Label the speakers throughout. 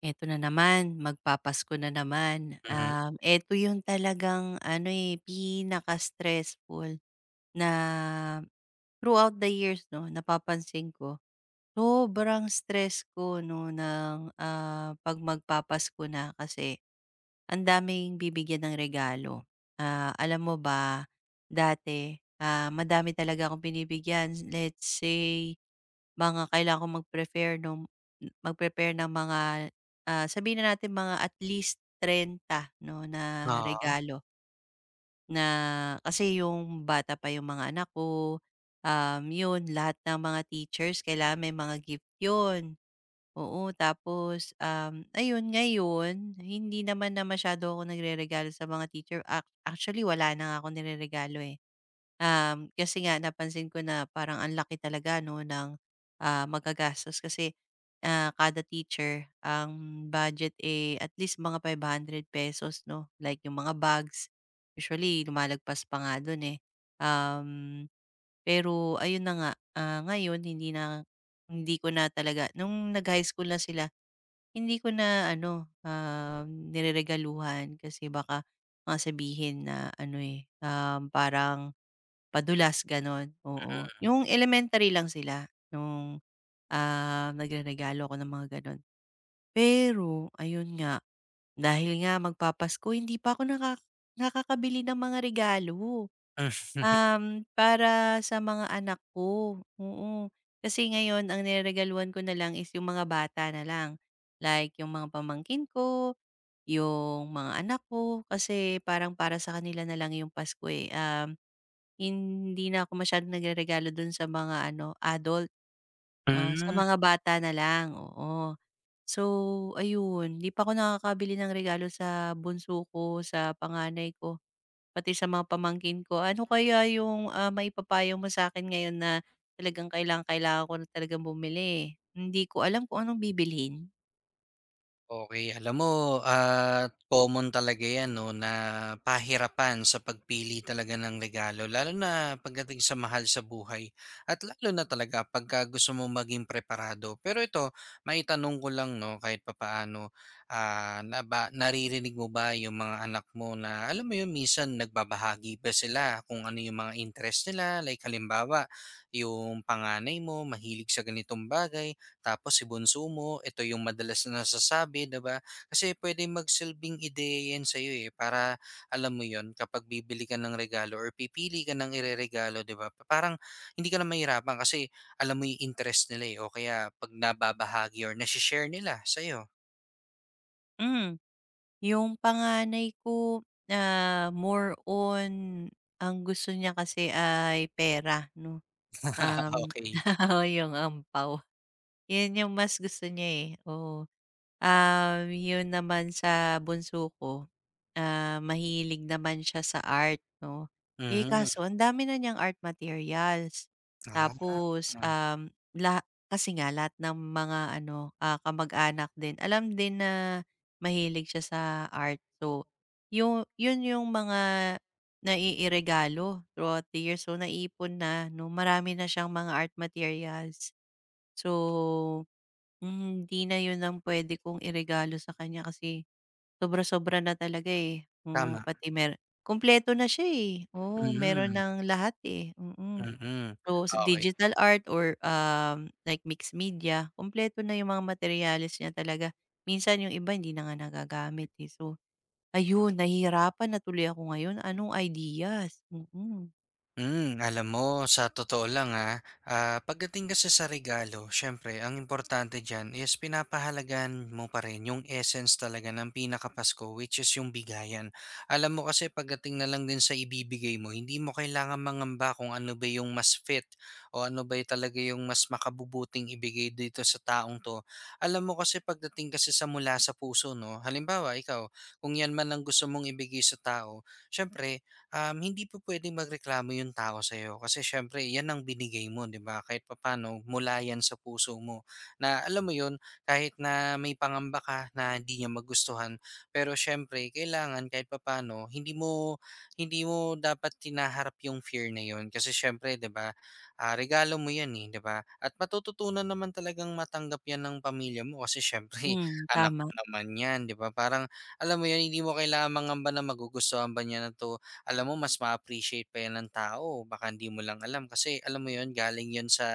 Speaker 1: Eto na naman, magpapasko na naman.
Speaker 2: Mhm.
Speaker 1: Eto yung talagang ano, eh, pinaka-stressful na throughout the years 'no, napapansin ko. Sobrang stress ko 'no ng, 'pag magpapasko na kasi ang daming bibigyan ng regalo. Alam mo ba, dati, madami talaga akong binibigyan. Let's say, mga kailangan kong mag-prepare nung mag-prepare ng mga, ah, sabihin na natin mga at least 30 no, na
Speaker 2: Oo. Hmm.
Speaker 1: regalo. Na Kasi yung bata pa yung mga anak ko, yun lahat ng mga teachers kailangan may mga gift yun. Oo, tapos, ayun ngayon hindi naman na masyado ako nagreregalo sa mga teacher, actually wala na nga akong nireregalo, eh. Kasi nga napansin ko na parang ang laki talaga 'no ng, magagastos kasi, kada teacher ang budget, eh, at least mga ₱500 'no, like yung mga bags, usually lumalagpas pa nga dun, eh. Um, pero ayun na nga, ngayon hindi ko na talaga nung nag-high school na sila, hindi ko na ano, nireregaluhan kasi baka mga sabihin na ano, eh, parang padulas gano'n, oo. Yung elementary lang sila nung, nagreregalo ako ng mga gano'n. Pero ayun nga, dahil nga magpapasko hindi pa ako naka nakakabili ng mga regalo, para sa mga anak ko, oo. Kasi ngayon ang nireregaluhan ko na lang is yung mga bata na lang, like yung mga pamangkin ko, yung mga anak ko, kasi parang para sa kanila na lang yung Pasko, eh, hindi na ako masyadong nagreregalo dun sa mga ano, adult, sa
Speaker 2: Hmm.
Speaker 1: mga bata na lang, oo. So, ayun, 'di pa ako nakakabili ng regalo sa bunso ko, sa panganay ko, pati sa mga pamangkin ko. Ano kaya yung, maipapayo mo sa akin ngayon na talagang kailangang-kailangan ko na talagang bumili? Hindi ko alam kung anong bibilhin.
Speaker 2: Okay. Alam mo, common talaga 'yan 'no, na pahirapan sa pagpili talaga ng regalo lalo na pagdating sa mahal sa buhay at lalo na talaga pagka gusto mo maging preparado. Pero ito, maitanong ko lang 'no, kahit papaano, ah, na ba, naririnig mo ba yung mga anak mo na alam mo yun, minsan nagbabahagi ba sila kung ano yung mga interest nila? Like halimbawa, yung panganay mo mahilig sa ganitong bagay. Tapos si bunso mo, ito yung madalas na nasasabi, 'di ba? Kasi pwede magsilbing ideya 'yan sa'yo, eh, para alam mo yon kapag bibili ka ng regalo or pipili ka ng ireregalo, 'di ba, parang hindi ka na mahirapan kasi alam mo yung interest nila, eh, o kaya 'pag nababahagi or nasi share nila sa'yo.
Speaker 1: Hmm, yung panganay ko, more on ang gusto niya kasi ay pera 'no. Um,
Speaker 2: Okey.
Speaker 1: oo, yung ampaw. Yun yung mas gusto niya, eh, oo. Yun naman sa bunso ko, mahilig naman siya sa art 'no. Eh,
Speaker 2: Mhm.
Speaker 1: kaso ang dami na niyang art materials.
Speaker 2: Ah,
Speaker 1: Tapos, um, laha kasi nga lahat ng mga ano, kamag-anak din alam din na mahilig siya sa art. So, yun yung mga naiiregalo throughout the years. So, naipon na 'no, marami na siyang mga art materials. So hindi na 'yun ang pwede kong iregalo sa kanya kasi sobra-sobra na talaga, eh. Hmm,
Speaker 2: tama.
Speaker 1: pati mer kumpleto na siya, eh, oo, meron
Speaker 2: Mhm,
Speaker 1: ng lahat, eh, mm.
Speaker 2: mm.
Speaker 1: So, sa
Speaker 2: Okey.
Speaker 1: digital art or, like mixed media, kumpleto na 'yung mga materials niya talaga. Minsan 'yung iba hindi na nga nagagamit, eh. So, ayun, nahihirapan na tuloy ako ngayon, anong ideas? Mm-mm. Mm.
Speaker 2: Hmm, alam mo sa totoo lang, pagdating kasi sa regalo siyempre ang importante diyan is pinapahalagan mo pa rin yung essence talaga ng pinakapasko, which is yung bigayan. Alam mo kasi pagdating na lang din sa ibibigay mo hindi mo kailangan mangamba kung ano ba yung mas fit o ano ba yung talaga yung mas makabubuting ibigay dito sa taong 'to. Alam mo kasi pagdating kasi sa mula sa puso 'no, halimbawa ikaw kung yan man ang gusto mong ibigay sa tao, siyempre hindi po puwedeng magreklamo yung tao sa'yo kasi siyempre 'yan ang binigay mo, 'di ba? Kahit papaano mula 'yan sa puso mo na alam mo 'yun, kahit na may pangamba ka na hindi niya magustuhan, pero siyempre kailangan kahit papaano hindi mo dapat tinaharap yung fear na 'yun kasi siyempre 'di ba, ah, regalo mo 'yan, eh, 'di ba? At matututunan naman talagang matanggap 'yan ng pamilya mo kasi siyempre
Speaker 1: Hmm,
Speaker 2: anak mo
Speaker 1: tama.
Speaker 2: naman 'yan, 'di ba? Parang alam mo 'yun, hindi mo kailangang mangamba na magugustuhan ba niya na 'to alam mo mas ma-appreciate pa 'yan ng tao baka hindi mo lang alam kasi alam mo 'yun galing 'yun sa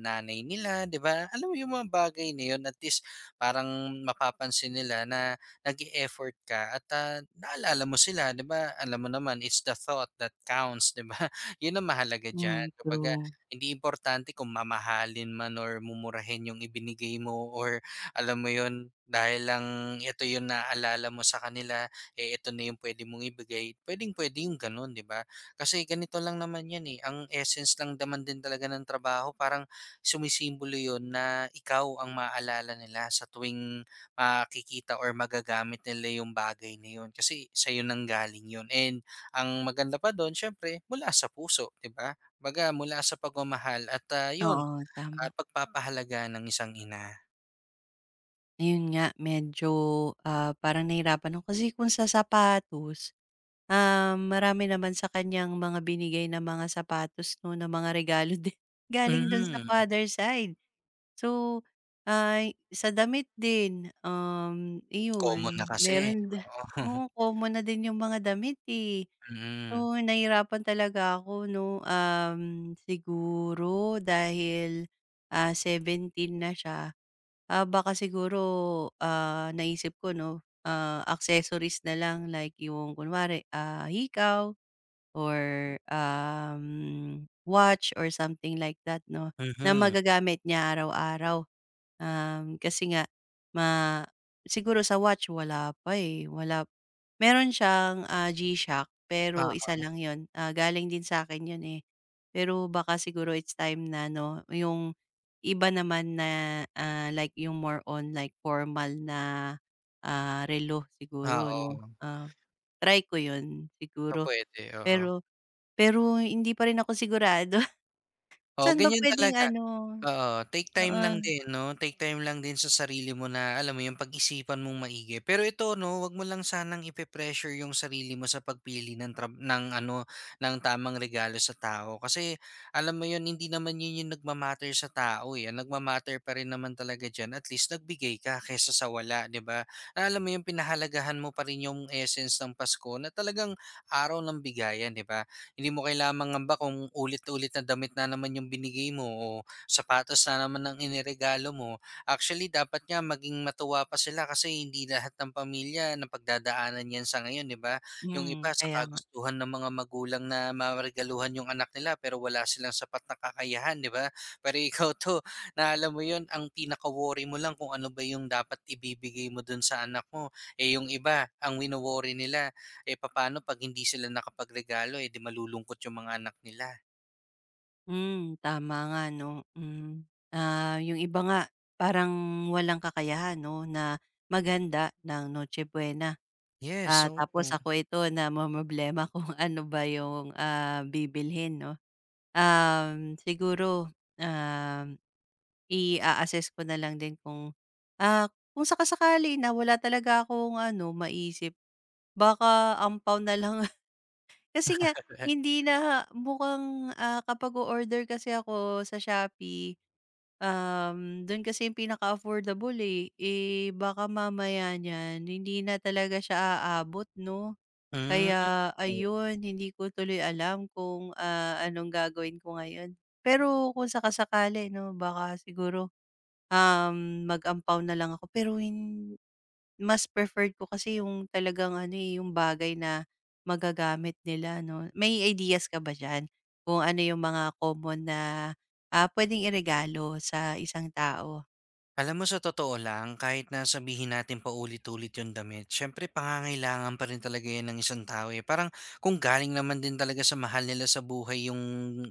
Speaker 2: nanay nila 'di ba? Alam mo yung mga bagay na 'yun at least parang mapapansin nila na nag effort ka at, ah, naalala mo sila 'di ba? Alam mo naman it's the thought that counts 'di ba? 'Yun ang mahalaga diyan
Speaker 1: Hmm,
Speaker 2: kumbaga
Speaker 1: true.
Speaker 2: hindi importante kung mamahalin man or mumurahin yung ibinigay mo or alam mo 'yun dahil lang ito yung naalala mo sa kanila eh, ito na yung puwede mong ibigay, puwedeng-puwede yung gano'n, 'di ba? Kasi ganito lang naman 'yan, eh, ang essence lang naman din talaga ng trabaho parang sumisimbolo 'yun na ikaw ang maalala nila sa tuwing makikita or magagamit nila yung bagay na 'yun kasi sa'yo nanggaling 'yun. And ang maganda pa do'n siyempre mula sa puso, 'di ba? Baga mula sa pagmamahal at, ah, 'yun,
Speaker 1: Oo, tama.
Speaker 2: ah, pagpapahalaga ng isang ina.
Speaker 1: Ayun nga medyo, parang nahirapan ako kasi kung sa sapatos, marami naman sa kaniyang mga binigay na mga sapatos 'no, na mga regalo din galing do'n sa
Speaker 2: Mhm,
Speaker 1: father side. So, sa damit din,
Speaker 2: common na
Speaker 1: iyon
Speaker 2: kasi,
Speaker 1: meron da
Speaker 2: oo.
Speaker 1: oo, common na din yung mga damit, eh.
Speaker 2: Mm,
Speaker 1: Oo, nahirapan talaga ako 'no, siguro dahil, 17 na siya, baka siguro, naisip ko 'no, accessories na lang like yung kunwari, hikaw or, watch or something like that 'no, na
Speaker 2: mhm.
Speaker 1: magagamit niya araw-araw. Kasi nga ma siguro sa watch wala pa, eh, meron siyang, G-Shock pero
Speaker 2: O.
Speaker 1: isa lang yon ah, galing din sa akin 'yun, eh. Pero baka siguro it's time na 'no, yung iba naman na, like yung more on like formal na, relo
Speaker 2: Ah,
Speaker 1: siguro 'no.
Speaker 2: oo,
Speaker 1: Try ko 'yun
Speaker 2: so
Speaker 1: siguro,
Speaker 2: puwede, oo.
Speaker 1: pero pero hindi pa rin ako sigurado.
Speaker 2: Oo,
Speaker 1: Saan ba
Speaker 2: ganyan
Speaker 1: puwedeng
Speaker 2: talaga.
Speaker 1: ano
Speaker 2: Oo, take time lang
Speaker 1: oo,
Speaker 2: din 'no, take time lang din sa sarili mo na alam mo yung pag-isipan mong maigi. Pero ito 'no, wag mo lang sanang ipe-pressure 'yung sarili mo sa pagpili ng ng tamang regalo sa tao. Kasi alam mo 'yun, hindi naman 'yun 'yung nagma sa tao, eh, ang nagma pa rin naman talaga diyan at least nagbigay ka kaysa sa wala, 'di ba? Alam mo yung pinahalagahan mo pa rin 'yung essence ng Pasko na talagang araw ng bigayan, 'di ba? Hindi mo kailangang mangamba kung ulit-ulit na damit na naman 'yung binigay mo o sapatos na naman ang iniregalo mo. Actually, dapat nga maging matuwa pa sila kasi hindi lahat ng pamilya napagdadaanan yan sa ngayon, di ba? Yung iba
Speaker 1: hmm,
Speaker 2: sa
Speaker 1: kaya nga.
Speaker 2: kagustuhan ng mga magulang na maregaluhan yung anak nila pero wala silang sapat na kakayahan, di ba? Pero ikaw to, na alam mo yun, ang pinaka-worry mo lang kung ano ba yung dapat ibibigay mo dun sa anak mo. Eh yung iba, ang wino-worry nila, eh paano pag hindi sila nakapagregalo, eh di malulungkot yung mga anak nila.
Speaker 1: Hmm, tama nga 'no, hmm. Yung iba nga parang walang kakayahan 'no na maghanda ng Noche Buena.
Speaker 2: Yes, oo.
Speaker 1: Tapos ako ito na namomroblema kung ano ba yung, bibilhin 'no. Um, siguro, um, i assess ko na lang din kung, ah, kung saka-sakali na wala talaga akong ano maisip, baka ampaw na lang. Kasi nga hindi na mukhang, kapag o-order kasi ako sa Shopee, dun kasi yung pinaka-affordable, eh. Eh, baka mamaya niyan hindi na talaga siya aabot 'no?
Speaker 2: Mm.
Speaker 1: Kaya ayun, hindi ko tuloy alam kung, anong gagawin ko ngayon. Pero kung sakasakali 'no, baka siguro, mag-ampaw na lang ako pero hin mas preferred ko kasi yung talagang ano, eh, yung bagay na magagamit nila 'no. May ideas ka ba diyan kung ano yung mga common na, puwedeng iregalo sa isang tao?
Speaker 2: Alam mo sa totoo lang, kahit na sabihin natin paulit-ulit yung damit, syempre pangangailangan pa rin talaga yan ng isang tao eh. Parang kung galing naman din talaga sa mahal nila sa buhay yung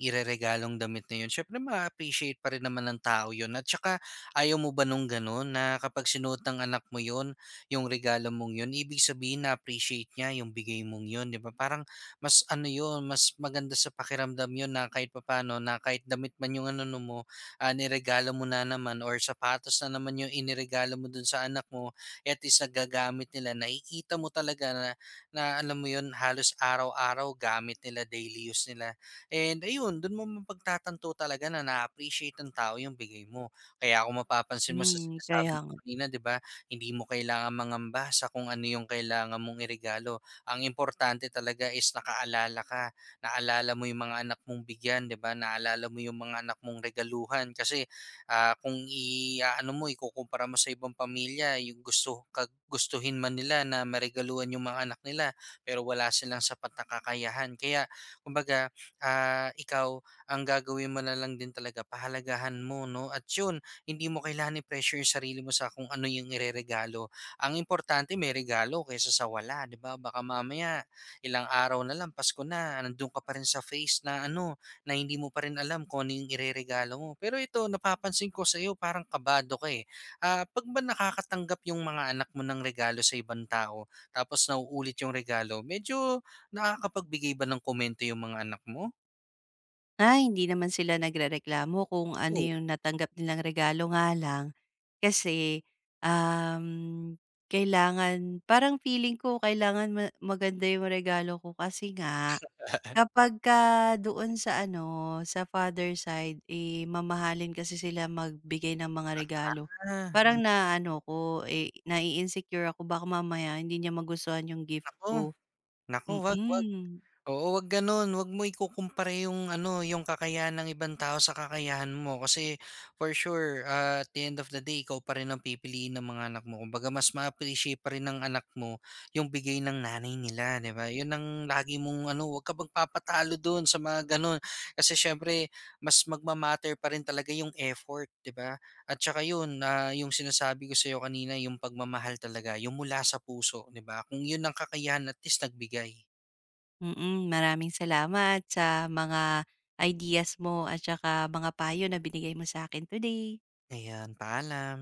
Speaker 2: ireregalong damit na yun, syempre ma-appreciate pa rin naman ng tao yun. At saka ayaw mo ba nung ganun na kapag sinuot ng anak mo yun, yung regalo mong yun, ibig sabihin na-appreciate niya yung bigay mong yun, di ba? Parang mas ano yun, mas maganda sa pakiramdam yun na kahit papano, na kahit damit man yung ano mo, ah, niregalo mo na naman or sapatos na naman yung iniregalo mo dun sa anak mo, at least nagagamit nila. Nakikita mo talaga na, alam mo yun, halos araw-araw gamit nila, daily use nila. And ayun, dun mo mapagtatanto talaga na na-appreciate ng tao yung bigay mo. Kaya kung mapapansin mo sa
Speaker 1: Hmm, kaya
Speaker 2: sinasabi ko
Speaker 1: nga.
Speaker 2: kanina, di ba, hindi mo kailangan mangamba sa kung ano yung kailangan mong iregalo. Ang importante talaga is nakaalala ka naalala mo yung mga anak mong bigyan, 'di ba? Naalala mo yung mga anak mong regaluhan kasi, ah, kung iaano mo, ikukumpara mo sa ibang pamilya, yung gusto ka gustuhin man nila na maregaluhan yung mga anak nila, pero wala silang sapat na kakayahan. Kaya kumbaga, ah, ikaw ang gagawin mo na lang din talaga pahalagahan mo, 'no? At yun, hindi mo kailangan i-pressure yung sarili mo sa kung ano yung ireregalo. Ang importante may regalo kaysa sa wala, 'di ba? Baka mamaya ilang araw na lang Pasko na, nandun ka pa rin sa face na ano, na hindi mo pa rin alam kung ano yung ireregalo mo. Pero ito, napapansin ko sa'yo parang kabado ka eh. Ah, 'pag ba nakakatanggap yung mga anak mo ng regalo sa ibang tao, tapos nauulit yung regalo, medyo nakakapagbigay ba ng komento yung mga anak mo?
Speaker 1: Hindi naman sila nagrereklamo kung ano
Speaker 2: Oo.
Speaker 1: yung natanggap nilang regalo nga lang kasi, um, kailangan parang feeling ko kailangan maganda yung regalo ko kasi nga Kapagka doon sa ano, sa father side, eh, mamahalin kasi sila magbigay ng mga regalo.
Speaker 2: Ah,
Speaker 1: Parang na ano ko, eh, nai-insecure ako baka mamaya hindi niya magustuhan yung gift
Speaker 2: naku,
Speaker 1: ko.
Speaker 2: naku, 'wag, 'wag.
Speaker 1: Mm,
Speaker 2: Oo, 'wag gano'n. 'Wag mo ikukumpara yung ano, yung kakayahan ng ibang tao sa kakayahan mo kasi for sure, ah, at the end of the day ikaw pa rin ang pipiliin ng mga anak mo. Kumbaga mas ma-appreciate pa rin ng anak mo yung bigay ng nanay nila, 'di ba? Yun ang lagi mong ano, 'wag ka magpapatalo dun sa mga gano'n. Kasi siyempre mas magma-matter pa rin talaga yung effort, 'di ba? At saka yun, ah, yung sinasabi ko sa iyo kanina, yung pagmamahal talaga, yung mula sa puso, 'di ba? Kung yun ang kakayahan, at least nagbigay.
Speaker 1: mm. Maraming salamat sa mga ideas mo at saka mga payo na binigay mo sa akin today.
Speaker 2: Ayan, paalam.